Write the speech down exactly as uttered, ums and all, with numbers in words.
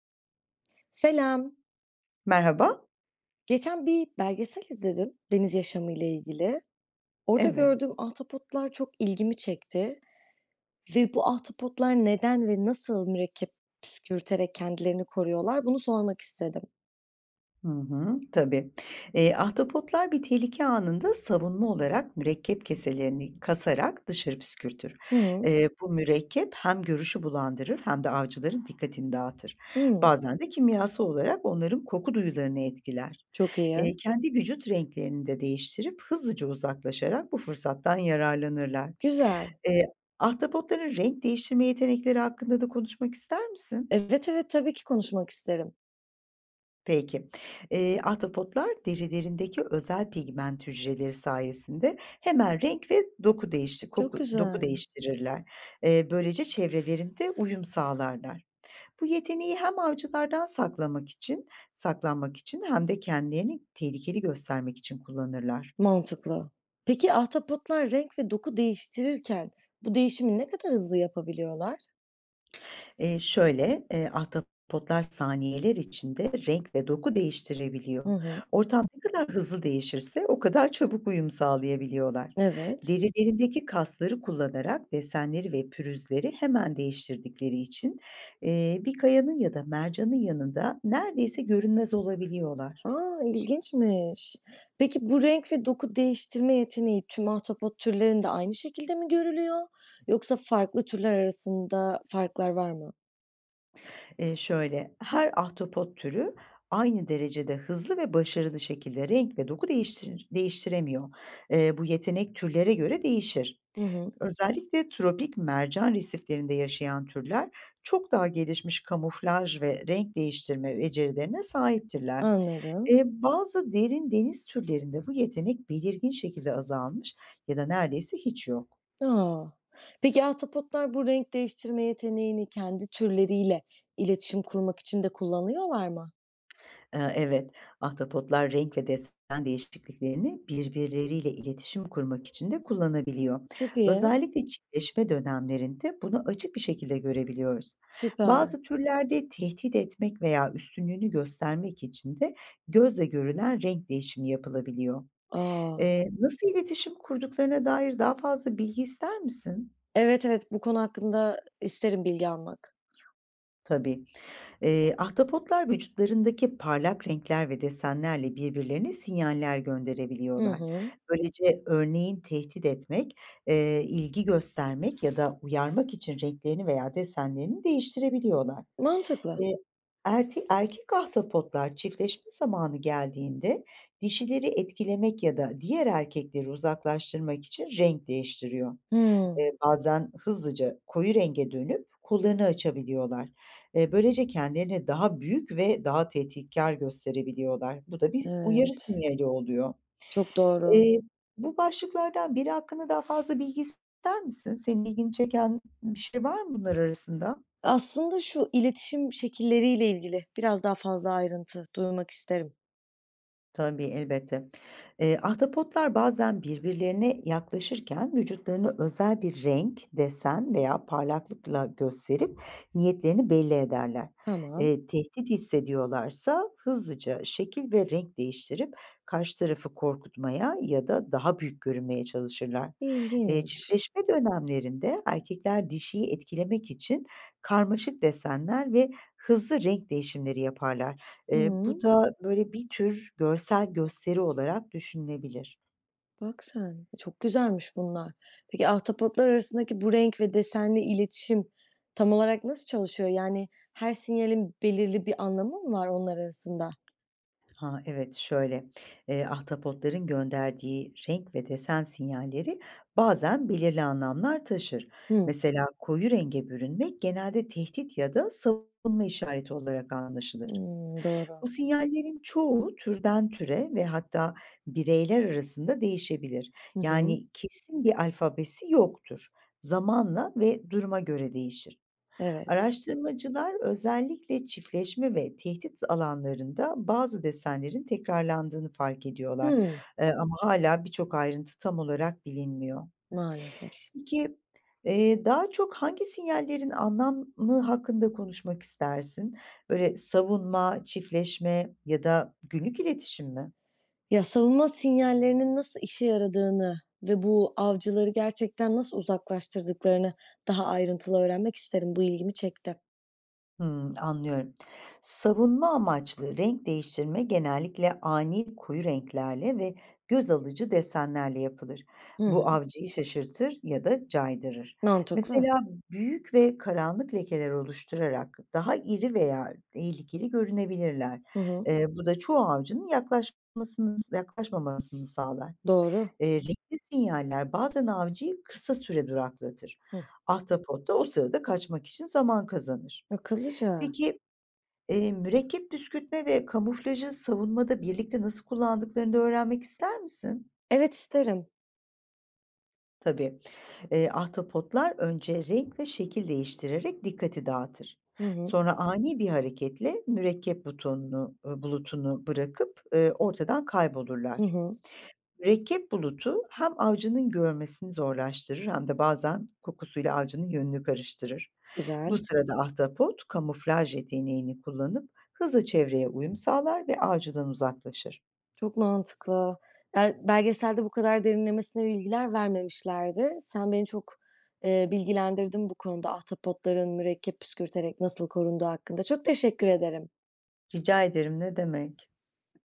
Selam. Merhaba. Geçen bir belgesel izledim deniz yaşamı ile ilgili. Orada Evet. gördüğüm ahtapotlar çok ilgimi çekti ve bu ahtapotlar neden ve nasıl mürekkep püskürterek kendilerini koruyorlar? Bunu sormak istedim. Hı hı. Tabii. Eee, ahtapotlar bir tehlike anında savunma olarak mürekkep keselerini kasarak dışarı püskürtür. Hı, Eee, bu mürekkep hem görüşü bulandırır hem de avcıların dikkatini dağıtır. hı. Bazen de kimyasal olarak onların koku duyularını etkiler. Çok iyi. Eee, kendi vücut renklerini de değiştirip hızlıca uzaklaşarak bu fırsattan yararlanırlar. Güzel. Eee, ahtapotların renk değiştirme yetenekleri hakkında da konuşmak ister misin? Evet evet, tabii ki konuşmak isterim. Peki. Eee, ahtapotlar derilerindeki özel pigment hücreleri sayesinde hemen renk ve doku değişti Çok koku doku güzel. değiştirirler. Eee, böylece çevrelerinde uyum sağlarlar. Bu yeteneği hem avcılardan saklamak için saklanmak için hem de kendilerini tehlikeli göstermek için kullanırlar. Mantıklı. Peki ahtapotlar renk ve doku değiştirirken bu değişimi ne kadar hızlı yapabiliyorlar? Eee, şöyle, eee, ahtapotlar saniyeler içinde renk ve doku Hı değiştirebiliyor. hı. Ortam ne kadar hızlı değişirse o kadar çabuk uyum sağlayabiliyorlar. Evet. Derilerindeki kasları kullanarak desenleri ve pürüzleri hemen değiştirdikleri için eee, bir kayanın ya da mercanın yanında neredeyse görünmez olabiliyorlar. Aa, ilginçmiş. Peki bu renk ve doku değiştirme yeteneği tüm ahtapot türlerinde aynı şekilde mi görülüyor yoksa farklı türler arasında farklar var mı? Eee, şöyle, her ahtapot türü aynı derecede hızlı ve başarılı şekilde renk ve doku değiştir değiştiremiyor. Eee, bu yetenek türlere göre değişir. Hı hı. Özellikle tropik mercan resiflerinde yaşayan türler çok daha gelişmiş kamuflaj ve renk değiştirme becerilerine sahiptirler. Anladım. Eee, bazı derin deniz türlerinde bu yetenek belirgin şekilde azalmış ya da neredeyse hiç yok. Aa. Peki ahtapotlar bu renk değiştirme yeteneğini kendi türleriyle iletişim kurmak için de kullanıyorlar mı? Eee, evet, ahtapotlar renk ve desen değişikliklerini birbirleriyle iletişim kurmak için de kullanabiliyor. Çok iyi. Özellikle çiftleşme dönemlerinde bunu açık bir şekilde görebiliyoruz. Süper. Bazı türlerde tehdit etmek veya üstünlüğünü göstermek için de gözle görülen renk değişimi yapılabiliyor. Aa. Eee, nasıl iletişim kurduklarına dair daha fazla bilgi ister misin? Evet, evet, bu konu hakkında isterim bilgi almak. Tabii. Eee, ahtapotlar vücutlarındaki parlak renkler ve desenlerle birbirlerine sinyaller Hı gönderebiliyorlar. hı. Böylece örneğin tehdit etmek, eee, ilgi göstermek ya da uyarmak için renklerini veya desenlerini değiştirebiliyorlar. Mantıklı. Eee, erte- erkek ahtapotlar çiftleşme zamanı geldiğinde dişileri etkilemek ya da diğer erkekleri uzaklaştırmak için renk değiştiriyor. Hı. Eee, bazen hızlıca koyu renge dönüp kollarını açabiliyorlar. Eee, böylece kendilerini daha büyük ve daha tehditkar gösterebiliyorlar. Bu da bir uyarı Evet, sinyali oluyor. çok doğru. Eee, bu başlıklardan biri hakkında daha fazla bilgi ister misin? Senin ilgini çeken bir şey var mı bunlar arasında? Aslında şu, iletişim şekilleriyle ilgili biraz daha fazla ayrıntı duymak isterim. Tabii, elbette. Eee, ahtapotlar bazen birbirlerine yaklaşırken vücutlarını özel bir renk, desen veya parlaklıkla gösterip niyetlerini belli ederler. Tamam. Eee, tehdit hissediyorlarsa hızlıca şekil ve renk değiştirip karşı tarafı korkutmaya ya da daha büyük görünmeye çalışırlar. Eee, İlginç. çiftleşme dönemlerinde erkekler dişiyi etkilemek için karmaşık desenler ve hızlı renk değişimleri yaparlar. Eee, Hıı. bu da böyle bir tür görsel gösteri olarak düşünülebilir. Bak sen, çok güzelmiş bunlar. Peki ahtapotlar arasındaki bu renk ve desenli iletişim tam olarak nasıl çalışıyor? Yani her sinyalin belirli bir anlamı mı var onlar arasında? Ha, evet, şöyle, eee, ahtapotların gönderdiği renk ve desen sinyalleri bazen belirli anlamlar taşır. Hıı. Mesela koyu renge bürünmek genelde tehdit ya da savunma işareti olarak anlaşılır. Hımm, Bu doğru. sinyallerin çoğu türden türe ve hatta bireyler arasında değişebilir. Hı hı. Yani kesin bir alfabesi yoktur. Zamanla ve duruma göre değişir. Evet. Araştırmacılar özellikle çiftleşme ve tehdit alanlarında bazı desenlerin tekrarlandığını fark ediyorlar. Hıı. Eee, ama hala birçok ayrıntı tam olarak bilinmiyor. Maalesef. Peki, eee, daha çok hangi sinyallerin anlamı hakkında konuşmak istersin? Böyle savunma, çiftleşme ya da günlük iletişim mi? Ya, savunma sinyallerinin nasıl işe yaradığını ve bu avcıları gerçekten nasıl uzaklaştırdıklarını daha ayrıntılı öğrenmek isterim. Bu ilgimi çekti. Hımm, anlıyorum. Savunma amaçlı renk değiştirme genellikle ani koyu renklerle ve göz alıcı desenlerle yapılır. Hı Bu hı. avcıyı şaşırtır ya da caydırır. Mantıklı. Mesela büyük ve karanlık lekeler oluşturarak daha iri veya tehlikeli görünebilirler. Hı hı. Eee, bu da çoğu avcının yaklaşmasını yaklaşmamasını sağlar. Doğru. Eee, renkli sinyaller bazen avcıyı kısa süre duraklatır. Hı. Ahtapot da o sırada kaçmak için zaman kazanır. Akıllıca. Peki, Eee, mürekkep püskürtme ve kamuflajı savunmada birlikte nasıl kullandıklarını da öğrenmek ister misin? Evet, isterim. Tabii. Eee, ahtapotlar önce renk ve şekil değiştirerek dikkati dağıtır. Hı hı. Sonra ani bir hareketle mürekkep butonunu, e, bulutunu bırakıp e, ortadan Hı kaybolurlar. hı. Mürekkep bulutu hem avcının görmesini zorlaştırır hem de bazen kokusuyla avcının yönünü karıştırır. Bu Güzel. sırada ahtapot kamuflaj yeteneğini kullanıp hızla çevreye uyum sağlar ve avcıdan uzaklaşır. Çok mantıklı. Eee, belgeselde bu kadar derinlemesine bilgiler vermemişlerdi. Sen beni çok eee, bilgilendirdin bu konuda ahtapotların mürekkep püskürterek nasıl korunduğu hakkında. Çok teşekkür ederim. Rica ederim ne demek.